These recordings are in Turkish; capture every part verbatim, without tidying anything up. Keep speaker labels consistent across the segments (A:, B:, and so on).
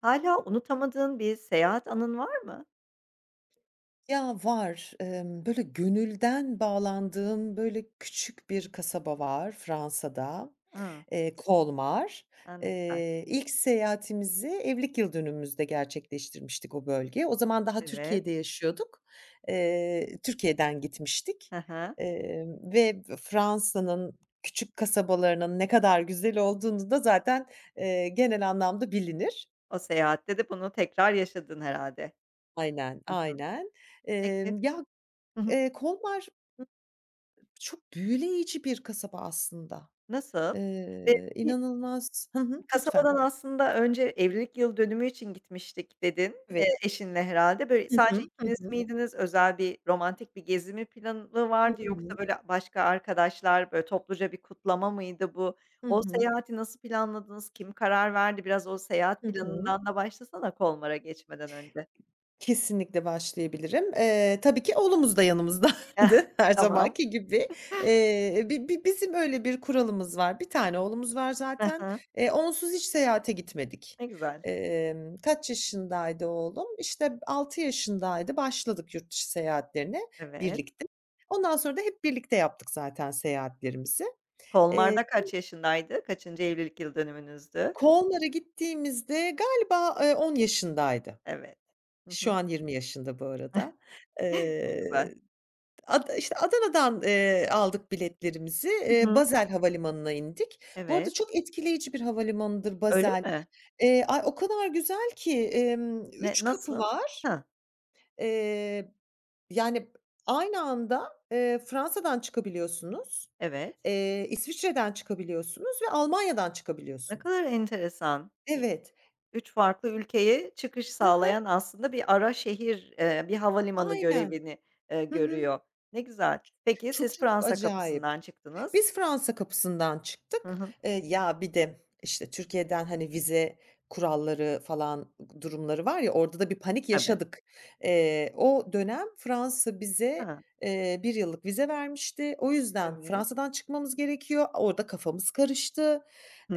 A: Hâlâ unutamadığın bir seyahat anın var mı?
B: Ya, var. Emm, böyle, gönülden bağlandığım, böyle, küçük bir kasaba var Fransa'da,
A: Hıı.
B: eee, Colmar.
A: A, ne güzel.
B: Eee, ilk seyahatimizi evlilik yıl dönümümüzde gerçekleştirmiştik o bölgeye. O zaman daha
A: Evet.
B: Türkiye'de yaşıyorduk. Eee, Türkiye'den gitmiştik,
A: Hı hı.
B: emm, ve Fransa'nın küçük kasabalarının ne kadar güzel olduğunu da zaten, eee, genel anlamda bilinir.
A: O seyahatte de bunu tekrar yaşadın herhâlde.
B: Aynen,
A: Hı hı.
B: aynen.
A: Peki.
B: Emm, ya,
A: Hı hı.
B: eee, Colmar çok büyüleyici bir kasaba aslında.
A: Nasıl? Ve
B: Eee, inanılmaz Hı hı, lütfen.
A: Kasabadan aslında önce evlilik yıl dönümü için gitmiştik dedin,
B: Evet.
A: eee, eşinle herhâlde. Böyle
B: Hı
A: sadece
B: hı. Hı
A: ikiniz
B: hı.
A: miydiniz? Özel bir romantik bir gezi mi planı
B: Hı
A: vardı
B: hı.
A: yoksa böyle başka arkadaşlar, böyle topluca bir kutlama mıydı bu?
B: Hı
A: O
B: hı.
A: seyahati nasıl planladınız? Kim karar verdi? Biraz o seyahat
B: Hı hı.
A: planından da başlasana Kolmar'a geçmeden önce.
B: Kesinlikle başlayabilirim. Eee, tabii ki oğlumuz da yanımızdaydı her
A: Tamam.
B: zamanki gibi. Eee, bi bi Bizim öyle bir kuralımız var. Bir tane oğlumuz var
A: Hı
B: zaten.
A: hı.
B: Eee, onsuz hiç seyahate gitmedik.
A: Ne güzel.
B: Emm, kaç yaşındaydı oğlum? İşte, altı yaşındaydı, başladık yurt dışı seyahatlerine
A: Evet.
B: birlikte. Ondan sonra da hep birlikte yaptık zaten seyahatlerimizi. Eee,
A: Kolmar'da kaç yaşındaydı? Kaçıncı evlilik yıl yıldönümünüzdü?
B: Konlara gittiğimizde galiba, eee, on yaşındaydı.
A: Evet. Hı
B: Şu
A: hı.
B: an yirmi yaşında bu arada.
A: Ne güzel.
B: Eee Ad işte, Adana'dan, eee, aldık biletlerimizi.
A: Hı
B: Eee,
A: hı.
B: Basel havalimanına indik. Bu arada
A: Evet.
B: çok etkileyici bir havalimanıdır
A: Öyle
B: Basel.
A: mi?
B: Eee, ay, o kadar güzel ki, emm,
A: Ne
B: üç kapı
A: nasıl?
B: var.
A: Ha,
B: Eee, Yani, aynı anda, eee, Fransa'dan çıkabiliyorsunuz,
A: evet.
B: eee, İsviçre'den çıkabiliyorsunuz ve Almanya'dan
A: Ne kadar
B: çıkabiliyorsunuz.
A: enteresan. İ
B: Evet.
A: üç farklı ülkeye çıkış
B: Hı hı,
A: sağlayan aslında bir ara şehir, eee, bir havalimanı
B: aynen.
A: görevini, eee,
B: Hı hı.
A: görüyor. Ne güzel. Peki
B: Çok
A: siz
B: çok
A: Fransa
B: acayip.
A: kapısından çıktınız.
B: Biz Fransa kapısından
A: Hı
B: çıktık.
A: hı.
B: Eee, ya, bir de, işte, Türkiye'den, hani, vize kuralları falan durumları var ya, orada da bir panik
A: Tabii.
B: yaşadık. Eee, o dönem Fransa bize,
A: Ha,
B: eee, bir yıllık vize vermişti. O yüzden
A: evet.
B: Fransa'dan çıkmamız gerekiyor. Orada kafamız karıştı.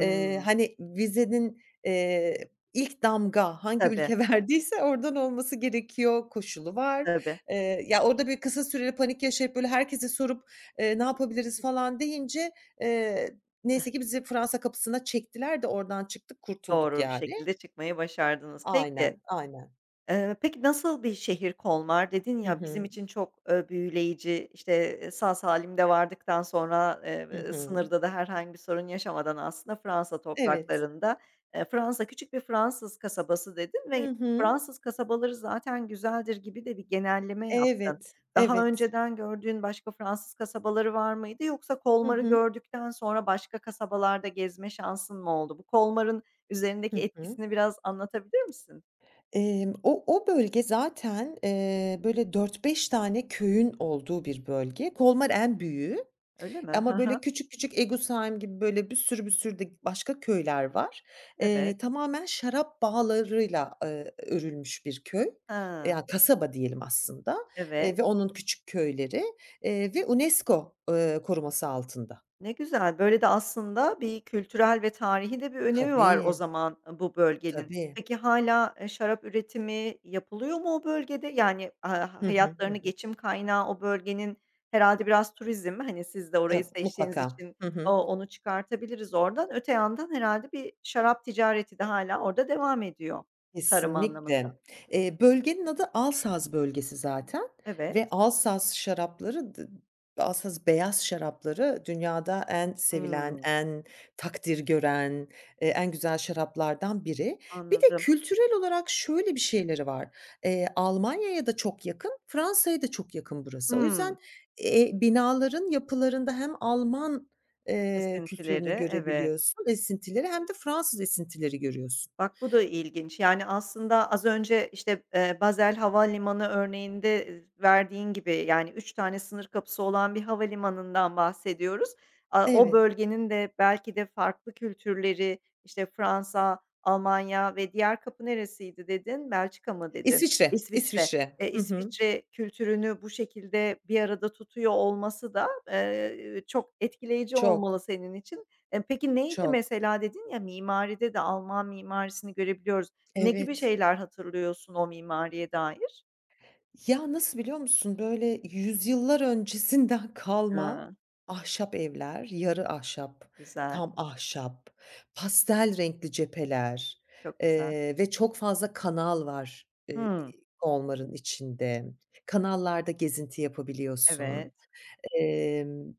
B: Eee, hani, vizenin, eee, ilk damga hangi
A: Tabii,
B: ülke verdiyse oradan olması gerekiyor koşulu var.
A: tabii.
B: Eee, ya, orada bir kısa süreli panik yaşayıp, böyle, herkese sorup, Eee, ne yapabiliriz falan deyince, eee, neyse ki bizi Fransa kapısına çektiler de oradan çıktık, kurtulduk
A: Doğru bir
B: yani.
A: şekilde çıkmayı başardınız. Peki
B: Aynen, aynen.
A: Eee, peki nasıl bir şehir Kolmar? Dedin
B: Hı
A: ya, bizim
B: hı.
A: için çok, eee, büyüleyici, işte, eee, sağ salim de vardıktan sonra,
B: Hı
A: eee,
B: hı.
A: sınırda da herhangi bir sorun yaşamadan aslında Fransa
B: Evet.
A: topraklarında. Eee, Fransa, küçük bir Fransız kasabası dedin
B: Hı
A: ve
B: hı.
A: Fransız kasabaları zaten güzeldir gibi de bir genelleme yaptın.
B: Evet,
A: Daha
B: evet.
A: önceden gördüğün başka Fransız kasabaları var mıydı yoksa
B: Hı
A: Kolmar'ı
B: hı.
A: gördükten sonra başka kasabalarda gezme şansın mı oldu? Bu Kolmar'ın üzerindeki
B: Hı hı.
A: etkisini biraz anlatabilir misin?
B: Emm, o o bölge zaten, eee, böyle dört beş tane köyün olduğu bir bölge. Colmar en büyüğü.
A: Öyle mi?
B: Ama böyle küçük küçük Egosheim gibi böyle bir sürü bir sürü de başka köyler var.
A: Evet.
B: Eee, tamamen şarap bağlarıyla, eee, örülmüş bir köy.
A: Ha,
B: Yani kasaba diyelim aslında, eee,
A: evet.
B: ve onun küçük köyleri, eee, ve UNESCO, eee, koruması altında.
A: Ne güzel. Böyle de aslında bir kültürel ve tarihi de bir önemi var o
B: Tabii,
A: zaman, ııı, bu bölgenin.
B: tabii.
A: Peki hala eee, şarap üretimi yapılıyor mu o bölgede? Yani, aaa,
B: Hı hı, hı
A: hayatlarını,
B: hı.
A: geçim kaynağı o bölgenin. Herhalde biraz turizm. Hani, siz de orayı
B: Tab
A: seçtiğiniz
B: mutlaka.
A: için
B: Hı
A: o
B: hı.
A: onu çıkartabiliriz oradan. Öte yandan herhalde bir şarap ticareti de hala orada devam ediyor tarım anlamında.
B: Kesinlikle. Eee, bölgenin adı Alsaz bölgesi zaten ve
A: Evet.
B: Alsaz şarapları d Alsaz beyaz şarapları dünyada en sevilen,
A: Hımm,
B: en takdir gören, eee, en güzel şaraplardan biri. Bir de
A: anladım.
B: kültürel olarak şöyle bir şeyleri var. Eee, Almanya'ya da çok yakın, Fransa'ya da çok yakın burası. O yüzden,
A: Hımm,
B: eee, binaların yapılarında hem Alman, eee, kültürünü
A: esintileri. Evet.
B: görebiliyorsun, esintileri hem de Fransız esintileri görüyorsun.
A: Bak, bu da ilginç. Yani, aslında az önce, işte, eee, Basel Havalimanı örneğinde, eee, verdiğin gibi, yani, üç tane sınır kapısı olan bir havalimanından bahsediyoruz. Aaa, o
B: Evet.
A: bölgenin de belki de farklı kültürleri, işte, Fransa, Almanya ve diğer kapı neresiydi dedin? Belçika mı dedin?
B: İsviçre,
A: İsviçre.
B: İsviçre.
A: Eee,
B: Hı hı.
A: İsviçre kültürünü bu şekilde bir arada tutuyor olması da, eee, çok etkileyici olmalı
B: Çok,
A: senin için. Eee, peki neydi
B: çok.
A: mesela dedin ya, mimaride de Alman mimarisini görebiliyoruz. Ne gibi
B: Evet.
A: şeyler hatırlıyorsun o mimariye dair?
B: Ya, nasıl biliyor musun? Böyle yüzyıllar öncesinden kalma
A: A,
B: ahşap evler, yarı ahşap,
A: güzel,
B: tam ahşap, pastel renkli cepheler,
A: çok güzel.
B: eee, ve çok fazla kanal var, eee,
A: Hımm,
B: onların içinde. Kanallarda gezinti yapabiliyorsun.
A: evet.
B: Emm,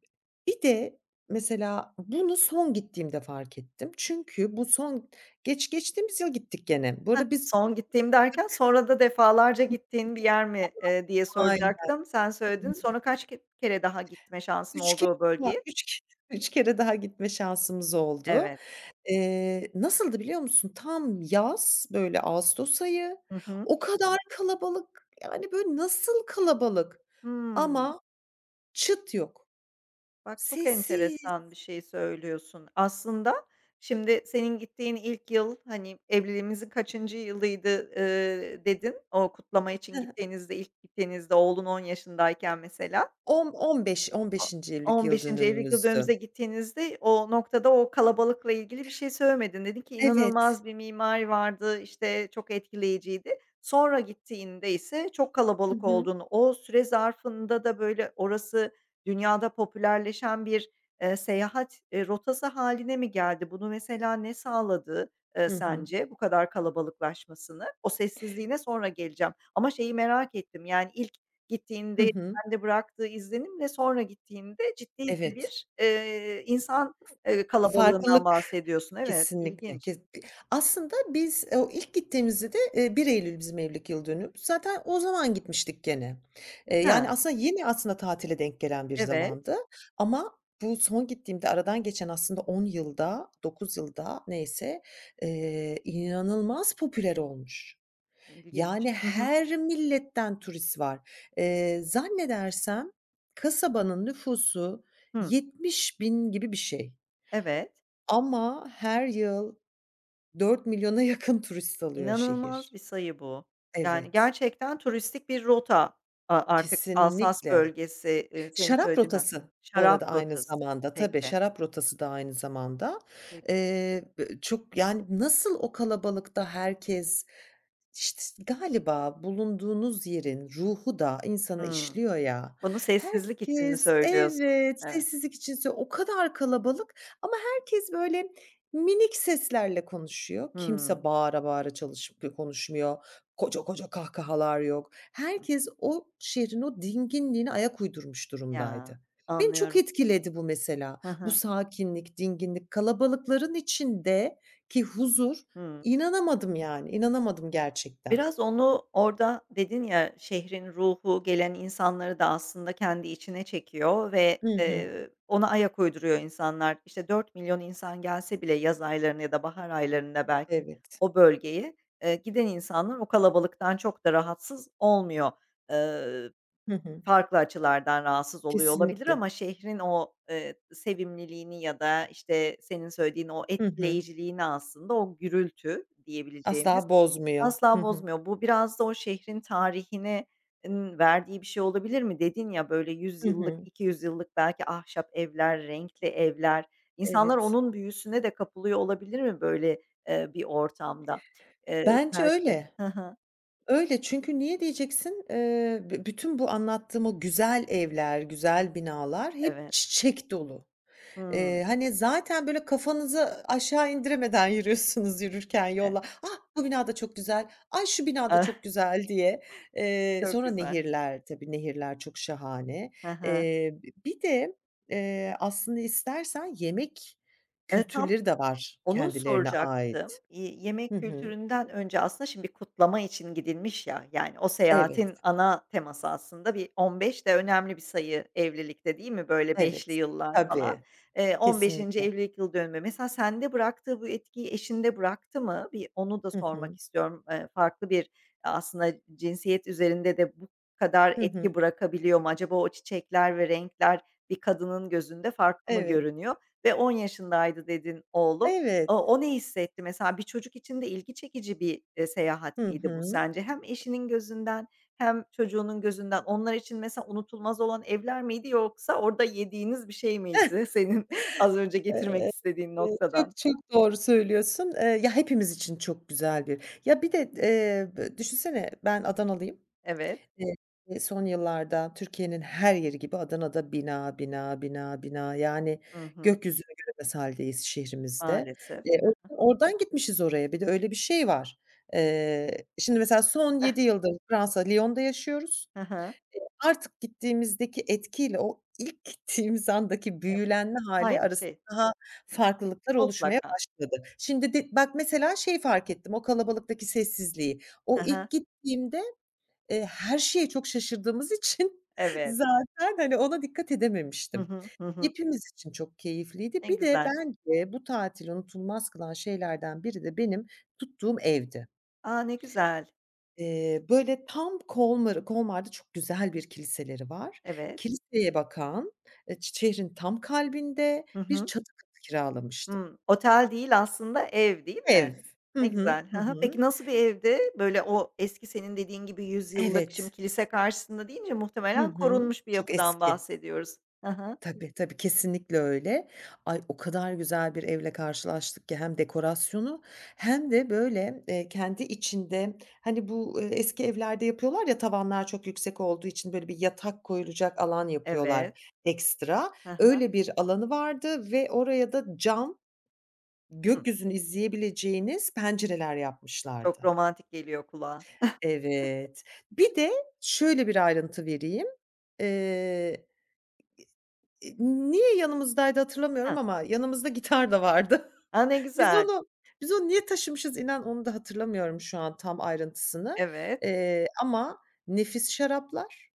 B: Bir de mesela bunu son gittiğimde fark ettim. Çünkü bu son geç geçtiğimiz yıl gittik gene. Bu
A: Hah,
B: arada biz
A: son gittiğim derken sonra da defalarca
B: bir
A: gittiğin bir yer mi, eee, diye
B: aile
A: soracaktım. Sen söyledin. Sonra kaç ke kere daha gitme şansın
B: 3
A: oldu
B: kere
A: o
B: daha
A: bölgeye?
B: üç ke üç kere daha gitme şansımız oldu.
A: Evet.
B: Eee, nasıldı biliyor musun? Tam yaz, böyle ağustos ayı,
A: Hı hı.
B: o kadar kalabalık, yani, böyle nasıl kalabalık
A: Hımm.
B: ama çıt yok.
A: Bak, çok
B: Sessiz.
A: enteresan bir şey söylüyorsun. Aslında şimdi senin gittiğin ilk yıl, hani, evliliğimizin kaçıncı yılıydı, eee, dedin. O kutlama
B: Hı
A: için
B: hı.
A: gittiğinizde, ilk gittiğinizde oğlun on yaşındayken mesela.
B: On on beş on beşinci
A: O
B: evlilik yıl
A: on beşinci evlilik
B: dönümümüzdü.
A: yıldönümümüze gittiğinizde o noktada o kalabalıkla ilgili bir şey söylemedin. Dedin ki
B: Evet.
A: inanılmaz bir mimari vardı, işte, çok etkileyiciydi. Sonra gittiğinde ise çok
B: Hı
A: kalabalık
B: hı.
A: olduğunu, o süre zarfında da, böyle, orası dünyada popülerleşen bir, eee, seyahat, eee, rotası hâline mi geldi? Bunu mesela ne sağladı, eee,
B: Hı hı.
A: sence bu kadar kalabalıklaşmasını? O sessizliğine sonra geleceğim ama şeyi merak ettim, yani, ilk
B: Hı
A: gittiğinde
B: hı.
A: de bıraktığı izlenimle sonra gittiğinde ciddi de
B: Evet.
A: bir, eee, insan, eee, kalabalığından
B: Farklılık
A: bahsediyorsun. Evet,
B: kesinlikle.
A: ilginç.
B: Kes aslında biz, eee, o ilk gittiğimizde de, eee, bir Eylül bizim evlilik yıl dönümümüz. Zaten o zaman gitmiştik gene. Eee,
A: Hıı,
B: yani, aslında yeni aslında tatile denk gelen bir
A: evet,
B: zamandı ama bu son gittiğimde aradan geçen aslında on yılda, dokuz yılda neyse, eee, inanılmaz popüler olmuş.
A: ilginç.
B: Yani
A: Hı hı.
B: her milletten turist var. Eee, zannedersem kasabanın nüfusu
A: Hıı,
B: yetmiş bin gibi bir şey
A: evet.
B: ama her yıl dört milyona yakın turist alıyor
A: İnanılmaz
B: şehir.
A: bir sayı bu. Yani,
B: Evet,
A: gerçekten turistik bir rota a artık Alsas
B: kesinlikle.
A: bölgesi, eee, senin
B: Şarap
A: söylediğinden.
B: rotası bu
A: Şarap
B: arada aynı
A: rotası.
B: zamanda. Tabii,
A: Peki,
B: şarap rotası da aynı zamanda.
A: peki.
B: Eee, bö Çok yani nasıl o kalabalıkta herkes. İşte, s galiba bulunduğunuz yerin ruhu da insana
A: Hıı.
B: işliyor ya.
A: Bunu sessizlik için mi
B: Herkes
A: söylüyorsun?
B: Evet,
A: Evet.
B: sessizlik içinse o kadar kalabalık ama herkes böyle minik seslerle konuşuyor.
A: Hıı.
B: Kimse bağıra bağıra çalış konuşmuyor. Koca koca kahkahalar yok. Herkes o şehrin o dinginliğine ayak uydurmuş
A: Ya,
B: durumdaydı. Beni çok
A: anlıyorum.
B: etkiledi bu mesela.
A: Hı
B: Bu
A: hı.
B: sakinlik, dinginlik, kalabalıkların içindeki huzur.
A: Hıı.
B: İnanamadım yani, inanamadım gerçekten.
A: Biraz onu orada dedin ya, şehrin ruhu, gelen insanları da aslında kendi içine çekiyor ve,
B: Hı hı.
A: eee, ona ayak uyduruyor insanlar. İşte, dört milyon insan gelse bile yaz aylarında ya da bahar aylarında belki
B: Evet.
A: o bölgeye, eee, giden insanlar o kalabalıktan çok da rahatsız olmuyor. Eee,
B: Hı hı.
A: farklı açılardan rahatsız oluyor olabilir
B: Kesinlikle.
A: ama şehrin o, eee, sevimliliğini ya da, işte, senin söylediğin o
B: Hı hı.
A: etkileyiciliğini aslında o gürültü
B: Asla
A: diyebileceğimiz.
B: bozmuyor. Hı
A: Asla
B: hı.
A: bozmuyor. Bu biraz da o şehrin tarihine ın verdiği bir şey olabilir mi? Dedin ya, böyle, yüz
B: Hı
A: yıllık,
B: hı.
A: iki yüz yıllık belki ahşap evler, renkli evler. İnsanlar
B: Evet.
A: onun büyüsüne de kapılıyor olabilir mi böyle, eee, bir ortamda? Eee,
B: Bence
A: belki.
B: öyle.
A: Hı hı.
B: Öyle çünkü niye diyeceksin, eee, bü bütün bu anlattığım o güzel evler, güzel binalar hep
A: Evet.
B: çiçek dolu. Eee,
A: Hımm.
B: hani, zaten böyle kafanızı aşağı indiremeden yürüyorsunuz yürürken
A: Evet.
B: yolla. "Ah, bu bina da çok güzel. Ay, şu bina da çok
A: Ah,
B: güzel." diye. Eee,
A: çok
B: sonra
A: güzel.
B: nehirler tabii, nehirler çok şahane.
A: Hı hı.
B: Eee, b Bir de, eee, aslında istersen yemek
A: E, tam.
B: kültürleri de var
A: Onu
B: kendilerine
A: soracaktım.
B: ait.
A: İii, yemek
B: Hı hı.
A: kültüründen önce aslında şimdi bir kutlama için gidilmiş ya, yani o seyahatin
B: Evet,
A: ana teması aslında bir on beş de önemli bir sayı evlilikte değil mi? Böyle beşli
B: evet.
A: yıllar falan.
B: Tabii,
A: Eee, on beşinci
B: kesinlikle.
A: evlilik yıl dönümü. Mesela sende bıraktığı bu etkiyi eşinde bıraktı mı? Bir onu da
B: Hı hı.
A: sormak istiyorum. Eee, farklı bir aslında cinsiyet üzerinde de bu kadar
B: Hı hı.
A: etki bırakabiliyor mu? Acaba o çiçekler ve renkler bir kadının gözünde farklı mı
B: Evet,
A: görünüyor? Ve on yaşındaydı dedin oğlum.
B: evet.
A: O o ne hissetti mesela? Bir çocuk için de ilgi çekici bir, eee, seyahat
B: Hı
A: miydi bu
B: hı.
A: sence? Hem eşinin gözünden hem çocuğunun gözünden onlar için mesela unutulmaz olan evler miydi yoksa orada yediğiniz bir şey miydi senin az önce getirmek
B: Eee,
A: istediğin
B: Çok
A: noktadan?
B: çok doğru söylüyorsun. Eee, ya, hepimiz için çok güzel bir. Ya, bir de, eee, bö düşünsene ben Adanalıyım.
A: Evet.
B: Eee, eee, Son yıllarda Türkiye'nin her yeri gibi Adana'da bina, bina, bina, bina, yani
A: Hı hı.
B: gökyüzünü göremez hâldeyiz şehrimizde.
A: Maalesef.
B: Eee, o yüzden oradan gitmişiz oraya. Bir de öyle bir şey var. Eee, şimdi mesela son yedi yıldır Fransa, Lyon'da yaşıyoruz.
A: Hı hı.
B: Artık gittiğimizdeki etkiyle o ilk gittiğimiz andaki büyülenme hâli
A: Aynı
B: arasında
A: şey.
B: daha
A: Hı.
B: farklılıklar oluşmaya
A: Mutlaka.
B: başladı. Şimdi de bak mesela şeyi fark ettim, o kalabalıktaki sessizliği. O
A: Hı hı.
B: ilk gittiğimde, eee, her şeye çok şaşırdığımız için
A: Evet.
B: zaten, hani, ona dikkat
A: Hı
B: edememiştim.
A: hı. Hı hı.
B: Hepimiz için çok keyifliydi.
A: Ne
B: Bir de
A: güzel.
B: bence bu tatili unutulmaz kılan şeylerden biri de benim tuttuğum evdi.
A: A, ne güzel.
B: Eee, böyle, tam Colmar Colmar'da çok güzel bir kiliseleri var.
A: Evet.
B: Kiliseye bakan, eee, ş şehrin tam kalbinde
A: Hı
B: bir
A: hı.
B: çatı katı kiralamıştım.
A: Hımm. Otel değil aslında ev, değil
B: Ev.
A: mi?
B: Hı
A: Ne
B: hı.
A: güzel. Hı
B: Hı
A: hı.
B: hı.
A: Peki nasıl bir evdi? Böyle o eski senin dediğin gibi yüzyıllık, şimdi
B: Evet.
A: kilise karşısında deyince
B: Hı
A: muhtemelen
B: hı.
A: korunmuş bir
B: Çok
A: yapıdan
B: eski.
A: bahsediyoruz. Hı hı.
B: Tabii, tabii, kesinlikle öyle. Ay, o kadar güzel bir evle karşılaştık ki hem dekorasyonu hem de, böyle, eee, kendi içinde, hani, bu, eee, eski evlerde yapıyorlar ya, tavanlar çok yüksek olduğu için, böyle, bir yatak koyulacak alan
A: Evet.
B: yapıyorlar ekstra.
A: Hı hı.
B: Öyle bir alanı vardı ve oraya da cam,
A: Hı.
B: gökyüzünü izleyebileceğiniz pencereler
A: Çok
B: yapmışlardı.
A: romantik geliyor kulağa.
B: Evet. Bir de şöyle bir ayrıntı vereyim. Eee Eee, niye yanımızdaydı hatırlamıyorum
A: Hıh.
B: ama yanımızda gitar da vardı.
A: A, ne
B: Biz
A: güzel.
B: onu biz onu niye taşımışız inan onu da hatırlamıyorum şu an tam ayrıntısını.
A: Evet.
B: Eee, ama nefis şaraplar,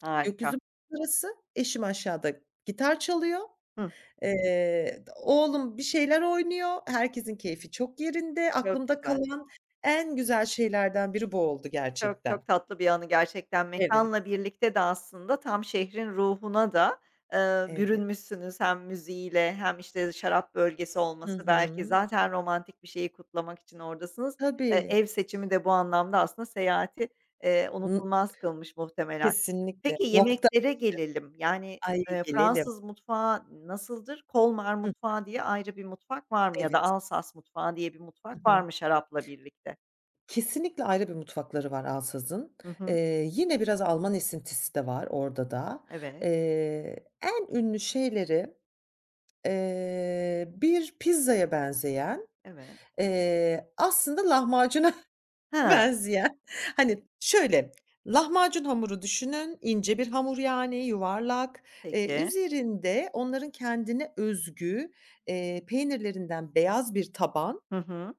A: Harika.
B: gökyüzü manzarası, eşim aşağıda gitar çalıyor.
A: Hıh.
B: Eee, oğlum bir şeyler oynuyor. Herkesin keyfi çok yerinde.
A: Çok
B: Aklımda
A: güzel.
B: kalan en güzel şeylerden biri bu oldu
A: Çok,
B: gerçekten.
A: çok tatlı bir anı gerçekten.
B: Evet,
A: Mekanla birlikte de aslında tam şehrin ruhuna da, eee,
B: evet.
A: bürünmüşsünüz. Hem müziğiyle hem, işte, şarap bölgesi
B: Hı
A: olması belki
B: hı.
A: zaten romantik bir şeyi kutlamak için oradasınız. Eee,
B: Tabii.
A: ev seçimi de bu anlamda aslında seyahati, eee,
B: N
A: unutulmaz kılmış muhtemelen.
B: Kesinlikle.
A: Peki
B: Nokta.
A: yemeklere gelelim. Yani,
B: Ay
A: eee,
B: gelelim.
A: Fransız mutfağı nasıldır? Kolmar
B: Hı,
A: mutfağı diye ayrı bir mutfak var mı ya da
B: evet.
A: Alsas mutfağı diye bir
B: Hı
A: mutfak var
B: hı.
A: mı şarapla birlikte?
B: Kesinlikle ayrı bir mutfakları var Alsaz'ın.
A: Hı hı.
B: Eee, yine biraz Alman esintisi de var orada da.
A: Evet,
B: Eee, en ünlü şeyleri, eee, bir pizzaya benzeyen,
A: evet.
B: eee, aslında lahmacuna
A: Ha,
B: benzeyen, hani, şöyle, lahmacun hamuru düşünün, ince bir hamur yani, yuvarlak. Eee,
A: peki.
B: üzerinde onların kendine özgü, eee, peynirlerinden beyaz bir taban.
A: Hı hı.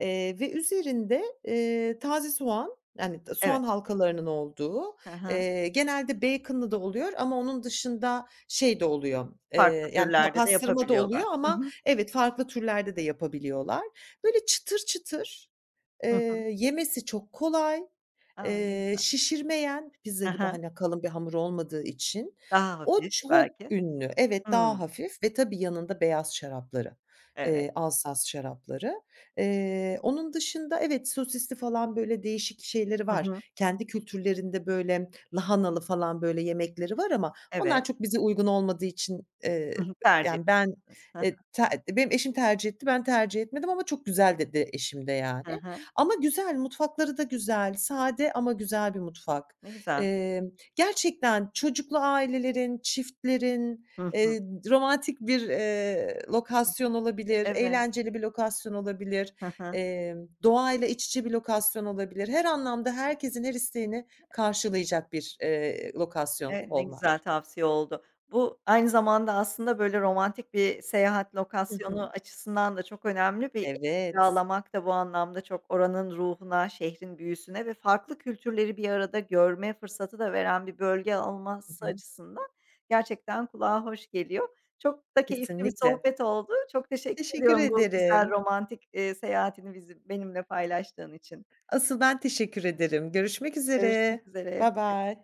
B: Eee, ve üzerinde, eee, taze soğan, yani, t soğan
A: Evet.
B: halkalarının olduğu,
A: Hı hı.
B: eee, genelde bacon'lı da oluyor ama onun dışında şey de oluyor,
A: Farklı
B: eee, yani, pa
A: türlerde de
B: pastırma da oluyor
A: yapabiliyorlar. Hı
B: ama
A: hı.
B: evet, farklı türlerde de yapabiliyorlar. Böyle çıtır çıtır, eee,
A: Hı hı.
B: yemesi çok kolay,
A: A, ne
B: eee,
A: güzel.
B: şişirmeyen, pizza
A: Hı
B: gibi,
A: hı.
B: hani, kalın bir hamur olmadığı için.
A: Daha
B: O
A: hafif
B: çok
A: belki.
B: ünlü. Evet, daha
A: Hımm.
B: hafif ve tabii yanında beyaz şarapları,
A: Evet.
B: eee, Alsaz şarapları. Eee, onun dışında evet, sosisli falan böyle değişik şeyleri
A: Hı hı.
B: var. Kendi kültürlerinde böyle lahanalı falan böyle yemekleri var ama onlar
A: Evet.
B: çok bize uygun olmadığı için,
A: Hı
B: eee,
A: hı. Tercih
B: yani ben,
A: ettiniz. Hı hı.
B: eee, te benim eşim tercih etti, ben tercih etmedim ama çok güzel dedi eşim de
A: Hı
B: yani.
A: hı.
B: Ama güzel, mutfakları da güzel, sade ama güzel bir mutfak.
A: Ne güzel.
B: Emm, Gerçekten çocuklu ailelerin, çiftlerin,
A: Hı hı.
B: Eee, romantik bir, eee, lokasyon olabilir,
A: Evet.
B: eğlenceli bir lokasyon olabilir,
A: Hı hı.
B: emm, doğayla iç içe bir lokasyon olabilir. Her anlamda herkesin her isteğini karşılayacak bir, eee, lokasyon
A: Evet, ne
B: Kolmar.
A: güzel tavsiye oldu. Bu aynı zamanda aslında, böyle, romantik bir seyahat
B: Hı
A: lokasyonu
B: hı.
A: açısından da çok önemli bir ev
B: Evet.
A: kiralamak da bu anlamda çok oranın ruhuna, şehrin büyüsüne ve farklı kültürleri bir arada görme fırsatı da veren bir bölge
B: Hı
A: olması
B: hı.
A: açısından gerçekten kulağa hoş geliyor. Çok da keyifli bir
B: Kesinlikle.
A: sohbet oldu. Çok teşekkür
B: Teşekkür
A: ediyorum bu güzel
B: ederim.
A: romantik, eee, seyahatini bizi benimle paylaştığın için.
B: Asıl ben teşekkür ederim. Görüşmek üzere.
A: Görüşmek üzere.
B: Baybay.